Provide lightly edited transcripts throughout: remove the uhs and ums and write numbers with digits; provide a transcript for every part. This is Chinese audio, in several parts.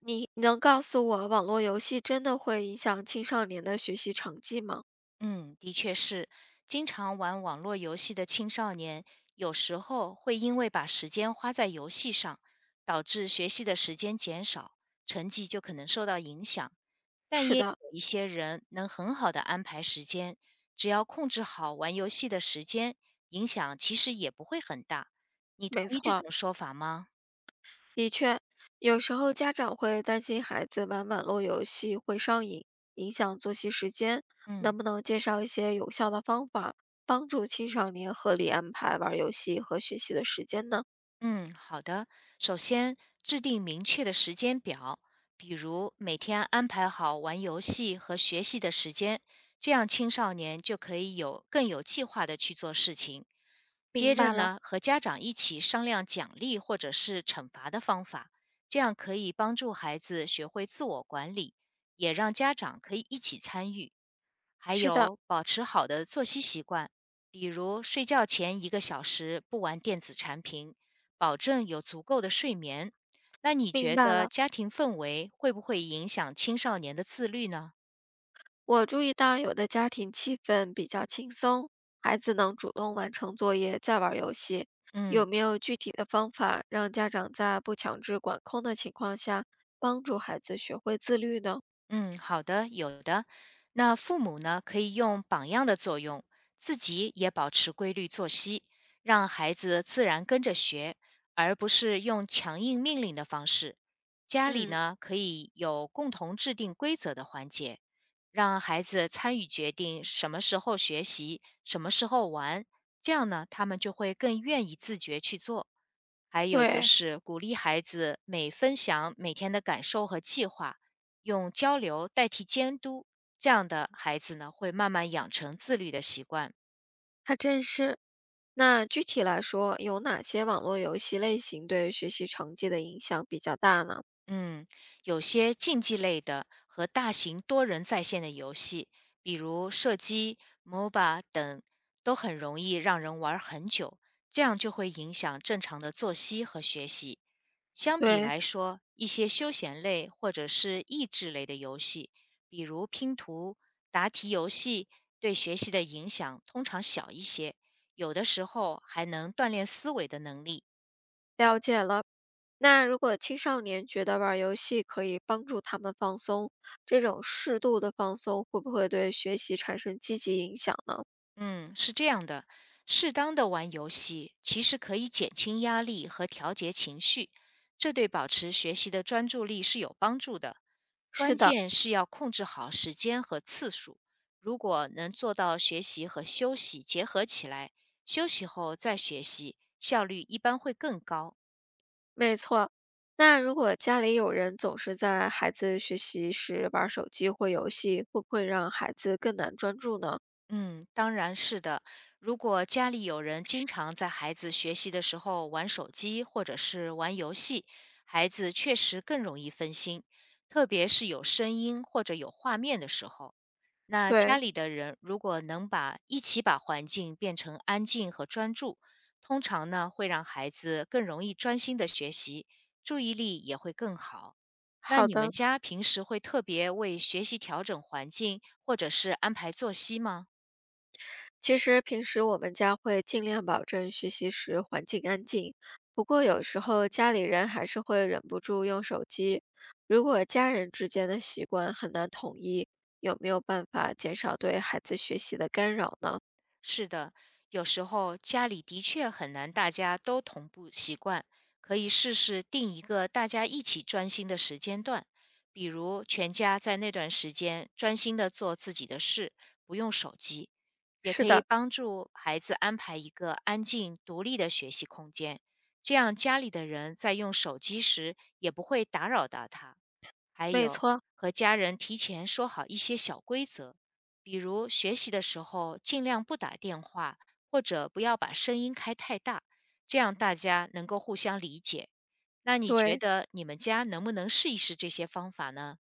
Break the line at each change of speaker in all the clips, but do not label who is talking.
你能告诉我，网络游戏真的会影响青少年的学习成绩吗？
嗯，的确是，经常玩网络游戏的青少年，有时候会因为把时间花在游戏上，导致学习的时间减少，成绩就可能受到影响。但
是
也有
的，
一些人能很好的安排时间，只要控制好玩游戏的时间，影响其实也不会很大。你同
没
意这
错，
种说法吗？
的确，有时候家长会担心孩子玩网络游戏会上瘾，影响作息时间。
嗯。
能不能介绍一些有效的方法，帮助青少年合理安排玩游戏和学习的时间呢？
嗯，好的。首先，制定明确的时间表，比如每天安排好玩游戏和学习的时间，这样青少年就可以有更有计划的去做事情。接
明
着
白了，
呢，和家长一起商量奖励或者是惩罚的方法，这样可以帮助孩子学会自我管理，也让家长可以一起参与。还
是的，
有，保持好的作息习惯，比如睡觉前1个小时不玩电子产品。保证有足够的睡眠。那你
明
觉
白
得
了。
家庭氛围会不会影响青少年的自律呢？
我注意到有的家庭气氛比较轻松，孩子能主动完成作业，再玩儿游戏。
嗯。
有没有具体的方法让家长在不强制管控的情况下，帮助孩子学会自律呢？
嗯，好的，有的。那父母呢，可以用榜样的作用，自己也保持规律作息，让孩子自然跟着学，而不是用强硬命令的方式。家里
嗯，
呢，可以有共同制定规则的环节，让孩子参与决定什么时候学习，什么时候玩，这样呢，他们就会更愿意自觉去做。还有就
对，
是鼓励孩子每分享每天的感受和计划。用交流代替监督，这样的孩子呢，会慢慢养成自律的习惯。
还真是。那具体来说，有哪些网络游戏类型对学习成绩的影响比较大呢？
嗯，有些竞技类的和大型多人在线的游戏，比如射击、MOBA 等，都很容易让人玩很久，这样就会影响正常的作息和学习。相比
对，
来说，一些休闲类或者是益智类的游戏，比如拼图、答题游戏，对学习的影响通常小一些，有的时候还能锻炼思维的能力。
了解了。那如果青少年觉得玩儿游戏可以帮助他们放松，这种适度的放松会不会对学习产生积极影响呢？
嗯，是这样的，适当的玩游戏其实可以减轻压力和调节情绪，这对保持学习的专注力是有帮助的。
是
关
的，
键是要控制好时间和次数，如果能做到学习和休息结合起来，休息后再学习，效率一般会更高。
没错。那如果家里有人总是在孩子学习时玩儿手机或游戏，会不会让孩子更难专注呢？
嗯，当然是的。如果家里有人经常在孩子学习的时候玩手机或者是玩游戏，孩子确实更容易分心，特别是有声音或者有画面的时候。那家
对，
里的人如果能把一起把环境变成安静和专注，通常呢会让孩子更容易专心的学习，注意力也会更好。那
好
你们
的，
家平时会特别为学习调整环境，或者是安排作息吗？
其实平时我们家会尽量保证学习时环境安静，不过有时候家里人还是会忍不住用手机。如果家人之间的习惯很难统一，有没有办法减少对孩子学习的干扰呢？
是的，有时候家里的确很难大家都同步习惯，可以试试定一个大家一起专心的时间段，比如全家在那段时间专心的做自己的事，不用手机，也
是
可以
的，
帮助孩子安排一个安静独立的学习空间，这样家里的人在用手机时也不会打扰到他。还
没
有，
错，
和家人提前说好一些小规则，比如学习的时候尽量不打电话，或者不要把声音开太大，这样大家能够互相理解。那你觉
对。
得你们家能不能试一试这些方法呢？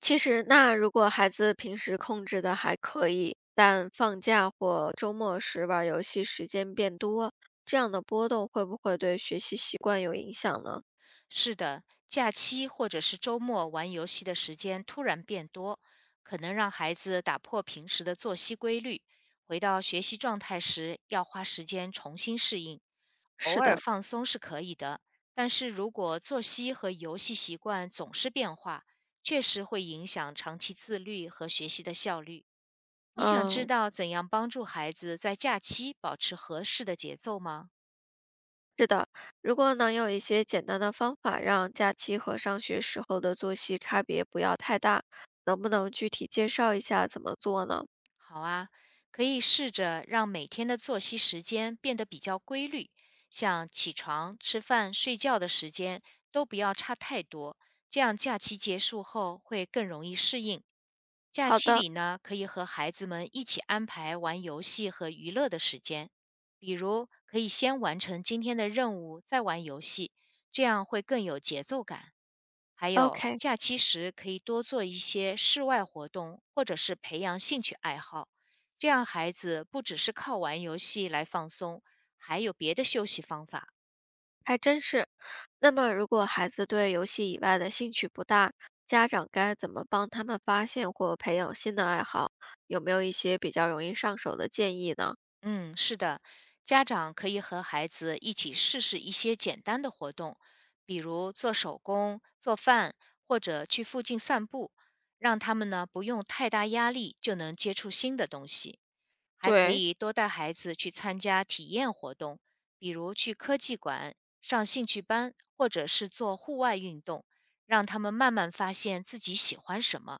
其实那如果孩子平时控制的还可以，但放假或周末时玩儿游戏时间变多，这样的波动会不会对学习习惯有影响呢？
是的，假期或者是周末玩游戏的时间突然变多，可能让孩子打破平时的作息规律，回到学习状态时要花时间重新适应。偶
是
尔
的，
放松是可以的，但是如果作息和游戏习惯总是变化，确实会影响长期自律和学习的效率。你想知
嗯，
道怎样帮助孩子在假期保持合适的节奏吗？
是的，如果能有一些简单的方法，让假期和上学时候的作息差别不要太大，能不能具体介绍一下怎么做呢？
好啊，可以试着让每天的作息时间变得比较规律，像起床、吃饭、睡觉的时间都不要差太多，这样假期结束后会更容易适应。假
好
期
的
里呢，可以和孩子们一起安排玩游戏和娱乐的时间，比如可以先完成今天的任务，再玩游戏，这样会更有节奏感。还有
，OK，
假期时可以多做一些室外活动，或者是培养兴趣爱好，这样孩子不只是靠玩游戏来放松，还有别的休息方法。
还真是。那么，如果孩子对游戏以外的兴趣不大，家长该怎么帮他们发现或培养新的爱好？有没有一些比较容易上手的建议呢？
嗯，是的，家长可以和孩子一起试试一些简单的活动，比如做手工、做饭，或者去附近散步，让他们呢不用太大压力就能接触新的东西。还可
对，
以多带孩子去参加体验活动，比如去科技馆、上兴趣班，或者是做户外运动，让他们慢慢发现自己喜欢什么。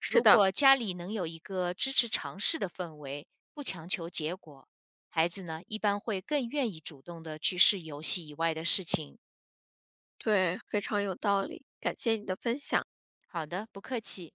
是
如
的，
果家里能有一个支持尝试的氛围，不强求结果，孩子呢一般会更愿意主动的去试游戏以外的事情。
对，非常有道理，感谢你的分享。
好的，不客气。